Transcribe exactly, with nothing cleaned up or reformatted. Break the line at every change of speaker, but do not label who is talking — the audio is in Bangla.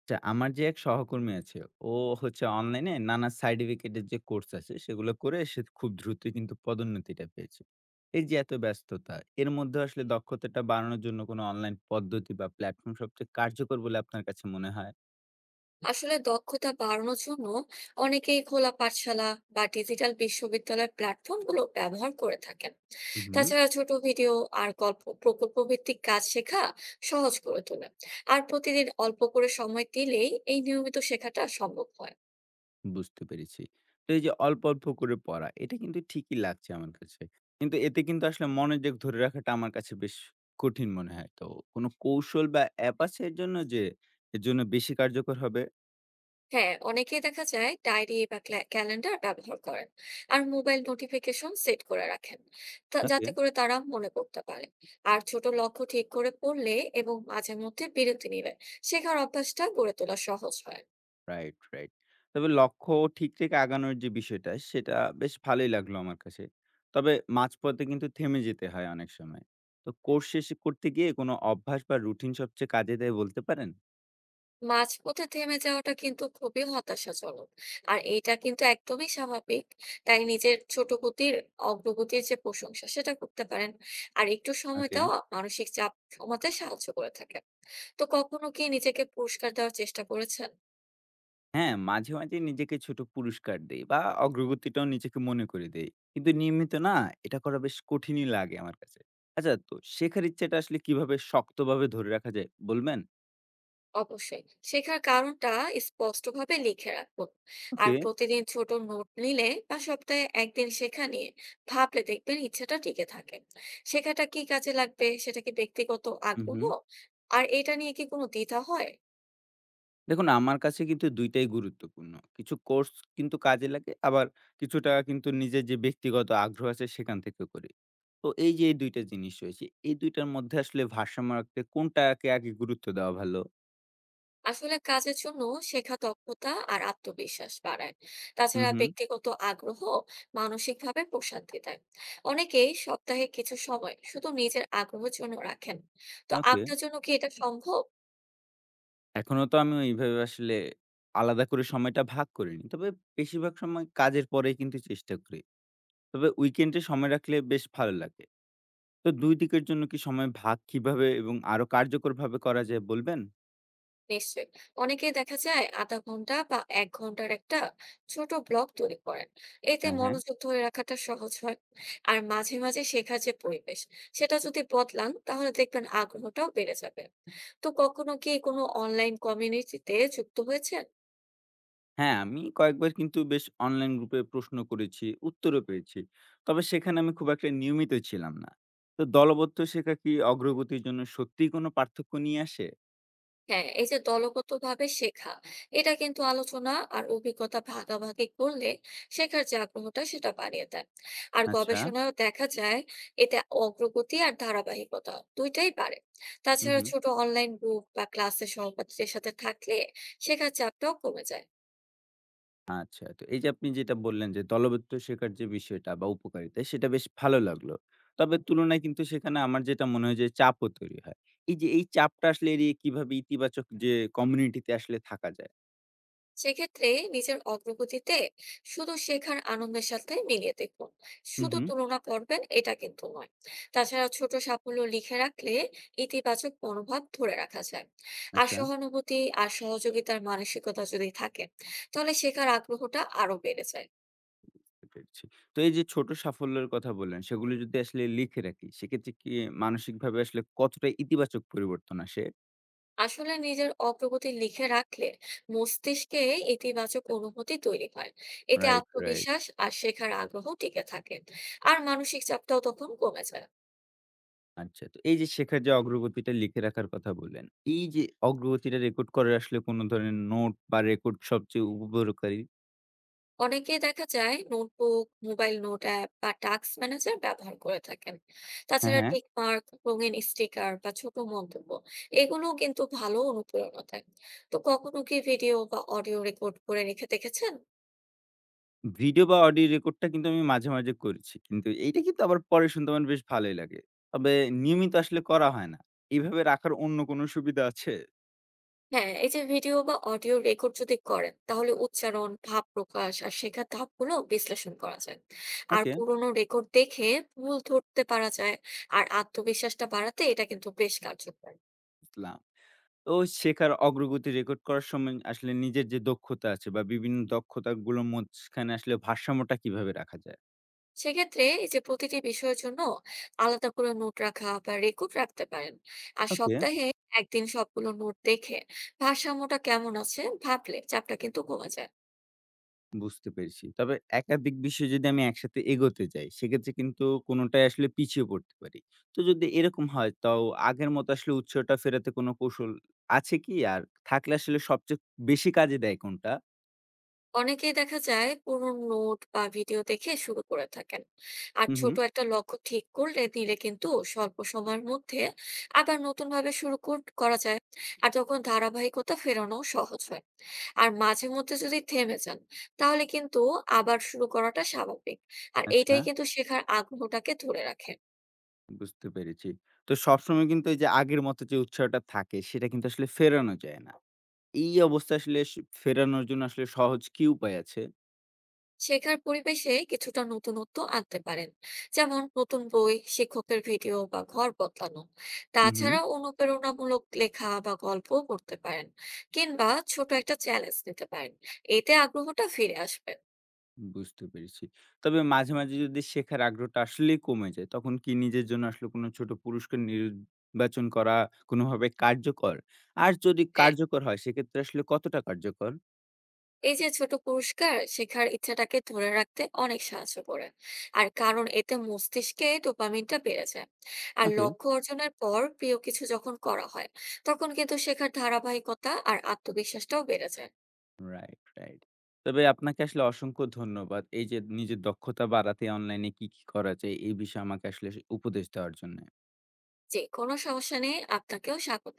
আচ্ছা, আমার যে এক সহকর্মী আছে, ও হচ্ছে অনলাইনে নানা সার্টিফিকেটের যে কোর্স আছে, সেগুলো করে সে খুব দ্রুতই কিন্তু পদোন্নতিটা পেয়েছে। এই যে এত ব্যস্ততা, এর মধ্যে আসলে দক্ষতাটা বাড়ানোর জন্য কোনো অনলাইন পদ্ধতি বা প্ল্যাটফর্ম সবচেয়ে কার্যকর বলে আপনার কাছে মনে হয়?
আসলে দক্ষতা বাড়ানোর জন্য অনেকেই খোলা পাঠশালা বা ডিজিটাল বিশ্ববিদ্যালয়ের প্ল্যাটফর্ম গুলো ব্যবহার করে থাকেন।
হুম,
তাছাড়া ছোট ভিডিও আর গল্প প্রকল্প ভিত্তিক কাজ শেখা সহজ করে তোলে। আর প্রতিদিন অল্প করে সময় দিলেই এই নিয়মিত শেখাটা সম্ভব হয়।
বুঝতে পেরেছি। তো এই যে অল্প, অল্প করে পড়া, এটা কিন্তু ঠিকই লাগছে আমার কাছে। কিন্তু এতে কিন্তু আসলে মনোযোগ ধরে রাখাটা আমার কাছে বেশ কঠিন মনে হয়। তো কোনো কৌশল বা অ্যাপ আছে এর জন্য যে, এর জন্য বেশি কার্যকর হবে?
হ্যাঁ, অনেকেই দেখা যায় ডায়েরি বা ক্যালেন্ডার ব্যবহার করেন আর মোবাইল নোটিফিকেশন সেট করে রাখেন তা-
ওকে।
যাতে করে তারা মনে করতে পারে। আর ছোট লক্ষ্য ঠিক করে পড়লে এবং মাঝে মধ্যে বিরতি নিলে শেখার অভ্যাসটা গড়ে তোলা সহজ হয়।
Right, right. তবে লক্ষ্য ঠিক রেখে আগানোর যে বিষয়টা, সেটা বেশ ভালোই লাগলো আমার কাছে। তবে মাঝপথে কিন্তু থেমে যেতে হয় অনেক সময়। তো কোর্স শেষ করতে গিয়ে কোনো অভ্যাস বা রুটিন সবচেয়ে কাজে দেয় বলতে পারেন?
মাঝপথে থেমে যাওয়াটা কিন্তু খুবই হতাশাজনক। আর এটা কিন্তু একদমই স্বাভাবিক। তাই নিজের ছোট গতির অগ্রগতির যে প্রশংসা সেটা করতে পারেন। আর একটু সময়
ওকে।
দেওয়া মানসিক চাপ কমাতে সাহায্য করে থাকে। তো কখনো কি নিজেকে পুরস্কার দেওয়ার চেষ্টা করেছেন?
হ্যাঁ, মাঝে, মাঝে নিজেকে ছোট পুরস্কার দেই বা অগ্রগতিটাও নিজেকে মনে করে দেই। কিন্তু নিয়মিত না, এটা করা বেশ কঠিনই লাগে আমার কাছে। আচ্ছা, তো শেখার ইচ্ছাটা আসলে কিভাবে শক্তভাবে ধরে রাখা যায় বলবেন?
অবশ্যই শেখার কারণটা স্পষ্টভাবে লিখে রাখুন। আর
ওকে।
প্রতিদিন ছোট নোট নিলে বা সপ্তাহে একদিন শেখা নিয়ে ভাবলে দেখবেন ইচ্ছাটা টিকে থাকে। শেখাটা কি কাজে লাগবে, সেটা কি ব্যক্তিগত
হু, হু।
আগ্রহ আর এটা নিয়ে কি কোনো দ্বিধা হয়?
দেখুন, আমার কাছে কিন্তু দুই টাই গুরুত্বপূর্ণ। কিছু কোর্স কিন্তু কাজে লাগে, আবার কিছুটা কিন্তু নিজের যে ব্যক্তিগত আগ্রহ আছে সেখান থেকেও করি। তো এই যে এই দুই টা জিনিস রয়েছে, এই দুই টার মধ্যে আসলে ভারসাম্য রাখতে কোনটাকে আগে গুরুত্ব দেওয়া ভালো?
আসলে কাজের জন্য শেখা দক্ষতা আর আত্মবিশ্বাস বাড়ায়।
হুম,
তাছাড়া
হুম।
ব্যক্তিগত আগ্রহ মানসিকভাবে প্রশান্তি দেয়। অনেকেই সপ্তাহে কিছু সময় শুধু নিজের আগ্রহের জন্য রাখেন। তো
ওকে।
আপনার জন্য কি এটা সম্ভব?
এখনো তো আমি এইভাবে আসলে আলাদা করে সময়টা ভাগ করিনি। তবে বেশিরভাগ সময় কাজের পরেই কিন্তু চেষ্টা করি। তবে উইকেন্ডে সময় রাখলে বেশ ভালো লাগে। তো দুই দিকের জন্য কি সময় ভাগ কিভাবে এবং আরো কার্যকরভাবে করা যায় বলবেন?
নিশ্চয়ই, অনেকেই দেখা যায় আধা ঘন্টা বা এক ঘন্টার একটা ছোট ব্লগ তৈরি করেন। এতে
হ্যাঁ, হ্যাঁ।
মনোযোগ ধরে রাখাটা সহজ হয়। আর মাঝে মাঝে শেখার যে পরিবেশ সেটা যদি বদলান তাহলে দেখবেন আগ্রহটাও বেড়ে যাবে। তো কখনো কি কোনো অনলাইন কমিউনিটিতে যুক্ত হয়েছেন?
হ্যাঁ, আমি কয়েকবার কিন্তু বেশ অনলাইন গ্রুপে প্রশ্ন করেছি, উত্তরও পেয়েছি। তবে সেখানে আমি খুব একটা নিয়মিত ছিলাম না। তো দলবদ্ধ শেখা কি অগ্রগতির জন্য সত্যিই কোনো পার্থক্য নিয়ে আসে?
হ্যাঁ, এই যে দলগতভাবে শেখা, এটা কিন্তু আলোচনা আর অভিজ্ঞতা ভাগাভাগি করলে শেখার যে আগ্রহটা সেটা বাড়িয়ে দেয়। আর
আচ্ছা,
গবেষণায় দেখা যায় এতে অগ্রগতি আর ধারাবাহিকতা দুইটাই বাড়ে।
হুম,
তাছাড়া
হুম।
ছোট অনলাইন গ্রুপ বা ক্লাসে সহপাঠীদের সাথে থাকলে শেখার চাপটাও কমে যায়।
আচ্ছা, তো এই যে আপনি যেটা বললেন যে দলবদ্ধ শেখার যে বিষয়টা বা উপকারিতা সেটা বেশ ভালো লাগলো। তবে তুলনায় কিন্তু সেখানে আমার যেটা মনে হয় যে চাপও তৈরি হয়। এই যে এই চাপটা আসলে এড়িয়ে কিভাবে ইতিবাচক যে কমিউনিটিতে আসলে থাকা যায়?
সেক্ষেত্রে নিজের অগ্রগতিতে শুধু শেখার আনন্দের সাথে মিলিয়ে দেখুন।
হুম,
শুধু
হুম।
তুলনা করবেন, এটা কিন্তু নয়। তাছাড়া ছোট সাফল্য লিখে রাখলে ইতিবাচক মনোভাব ধরে রাখা যায়। আর
আচ্ছা।
সহানুভূতি আর সহযোগিতার মানসিকতা যদি থাকে তাহলে শেখার আগ্রহটা আরো বেড়ে যায়।
বুঝতে পেরেছি। তো এই যে ছোট সাফল্যের কথা বললেন, সেগুলো যদি আসলে লিখে রাখি, সেক্ষেত্রে কি মানসিকভাবে আসলে কতটা ইতিবাচক পরিবর্তন আসে?
আসলে নিজের অগ্রগতি লিখে রাখলে মস্তিষ্কে ইতিবাচক অনুভূতি তৈরি হয়। এতে
রাইট, রাইট।
আত্মবিশ্বাস আর শেখার আগ্রহ টিকে থাকে। আর মানসিক চাপটাও তখন কমে যায়।
আচ্ছা। তো এই যে শেখার যে অগ্রগতিটা লিখে রাখার কথা বললেন, এই যে অগ্রগতিটা রেকর্ড করার আসলে কোন ধরনের নোট বা রেকর্ড সবচেয়ে উপকারী।
অনেকে দেখা যায় নোটবুক, মোবাইল নোট অ্যাপ বা টাস্ক ম্যানেজার ব্যবহার করে থাকেন।
হ্যাঁ,
তাছাড়া
হ্যাঁ।
টিক মার্ক, রঙিন স্টিকার বা ছোট মন্তব্য, এগুলো কিন্তু ভালো অনুপ্রেরণা দেয়। তো কখনো কি ভিডিও বা অডিও রেকর্ড করে রেখে দেখেছেন?
ভিডিও বা অডিও রেকর্ডটা কিন্তু আমি মাঝে, মাঝে করেছি। কিন্তু এইটা কিন্তু আবার পরে শুনতে আমার বেশ ভালোই লাগে। তবে নিয়মিত আসলে করা হয় না। এভাবে রাখার অন্য কোন সুবিধা আছে?
হ্যাঁ, এই যে ভিডিও বা অডিও রেকর্ড যদি করেন তাহলে উচ্চারণ, ভাব প্রকাশ আর শেখার ধাপগুলো বিশ্লেষণ করা যায়। আর
ওকে,
পুরোনো রেকর্ড দেখে ভুল ধরতে পারা যায়। আর আত্মবিশ্বাসটা বাড়াতে এটা কিন্তু বেশ কার্যকর।
বুঝলাম। তো শেখার অগ্রগতি রেকর্ড করার সময় আসলে নিজের যে দক্ষতা আছে বা বিভিন্ন দক্ষতাগুলোর মাঝখানে আসলে ভারসাম্যটা কিভাবে রাখা যায়?
সেক্ষেত্রে এই যে প্রতিটি বিষয়ের জন্য আলাদা করে নোট রাখা বা রেকর্ড রাখতে পারেন। আর
ওকে,
সপ্তাহে একদিন সবগুলো নোট দেখে ভারসাম্যটা কেমন আছে ভাবলে চাপটা কিন্তু কমে যায়।
বুঝতে পেরেছি। তবে একাধিক বিষয় যদি আমি একসাথে এগোতে যাই, সেক্ষেত্রে কিন্তু কোনোটাই আসলে পিছিয়ে পড়তে পারি। তো যদি এরকম হয়, তাও আগের মতো আসলে উৎসাহটা ফেরাতে কোনো কৌশল আছে কি? আর থাকলে আসলে সবচেয়ে বেশি কাজে দেয় কোনটা?
অনেকেই দেখা যায় পুরো নোট বা ভিডিও দেখে শুরু করে থাকেন। আর
হুম,
ছোট
হুম।
একটা লক্ষ্য ঠিক করলে নিলে কিন্তু স্বল্প সময়ের মধ্যে আবার নতুন ভাবে শুরু কর- করা যায়। আর তখন ধারাবাহিকতা ফেরানো সহজ হয়। আর মাঝে মধ্যে যদি থেমে যান তাহলে কিন্তু আবার শুরু করাটা স্বাভাবিক। আর
আচ্ছা,
এইটাই কিন্তু শেখার আগ্রহটাকে ধরে রাখে।
বুঝতে পেরেছি। তো সবসময় কিন্তু এই যে আগের মতো যে উৎসাহটা থাকে, সেটা কিন্তু আসলে ফেরানো যায় না। এই অবস্থায় আসলে স ফেরানোর জন্য আসলে সহজ কি উপায় আছে?
শেখার পরিবেশে কিছুটা নতুনত্ব আনতে পারেন, যেমন নতুন বই, শিক্ষকের ভিডিও বা ঘর বদলানো।
হু, হুম।
তাছাড়া অনুপ্রেরণামূলক লেখা বা গল্প পড়তে পারেন। কিংবা ছোট একটা চ্যালেঞ্জ নিতে পারেন, এতে আগ্রহটা ফিরে আসবে।
বুঝতে পেরেছি। তবে মাঝে, মাঝে যদি শেখার আগ্রহটা আসলেই কমে যায়, তখন কি নিজের জন্য আসলে কোনো ছোট পুরস্কার নির্বাচন করা কোনোভাবে কার্যকর? আর যদি
হ্যাঁ,
কার্যকর হয়, সেক্ষেত্রে আসলে কতটা কার্যকর?
এই যে ছোট পুরস্কার শেখার ইচ্ছাটাকে ধরে রাখতে অনেক সাহায্য করে। আর কারণ এতে মস্তিষ্কে ডোপামিনটা বেড়ে যায়। আর
ওকে।
লক্ষ্য অর্জনের পর প্রিয় কিছু যখন করা হয় তখন কিন্তু শেখার ধারাবাহিকতা আর আত্মবিশ্বাসটাও বেড়ে যায়।
Right, right. তবে আপনাকে আসলে অসংখ্য ধন্যবাদ। এই যে নিজের দক্ষতা বাড়াতে অনলাইনে কি, কি করা যায়? এই বিষয়ে আমাকে আসলে উপদেশ দেওয়ার জন্য।
জি, কোনো সমস্যা নেই। আপনাকেও স্বাগত।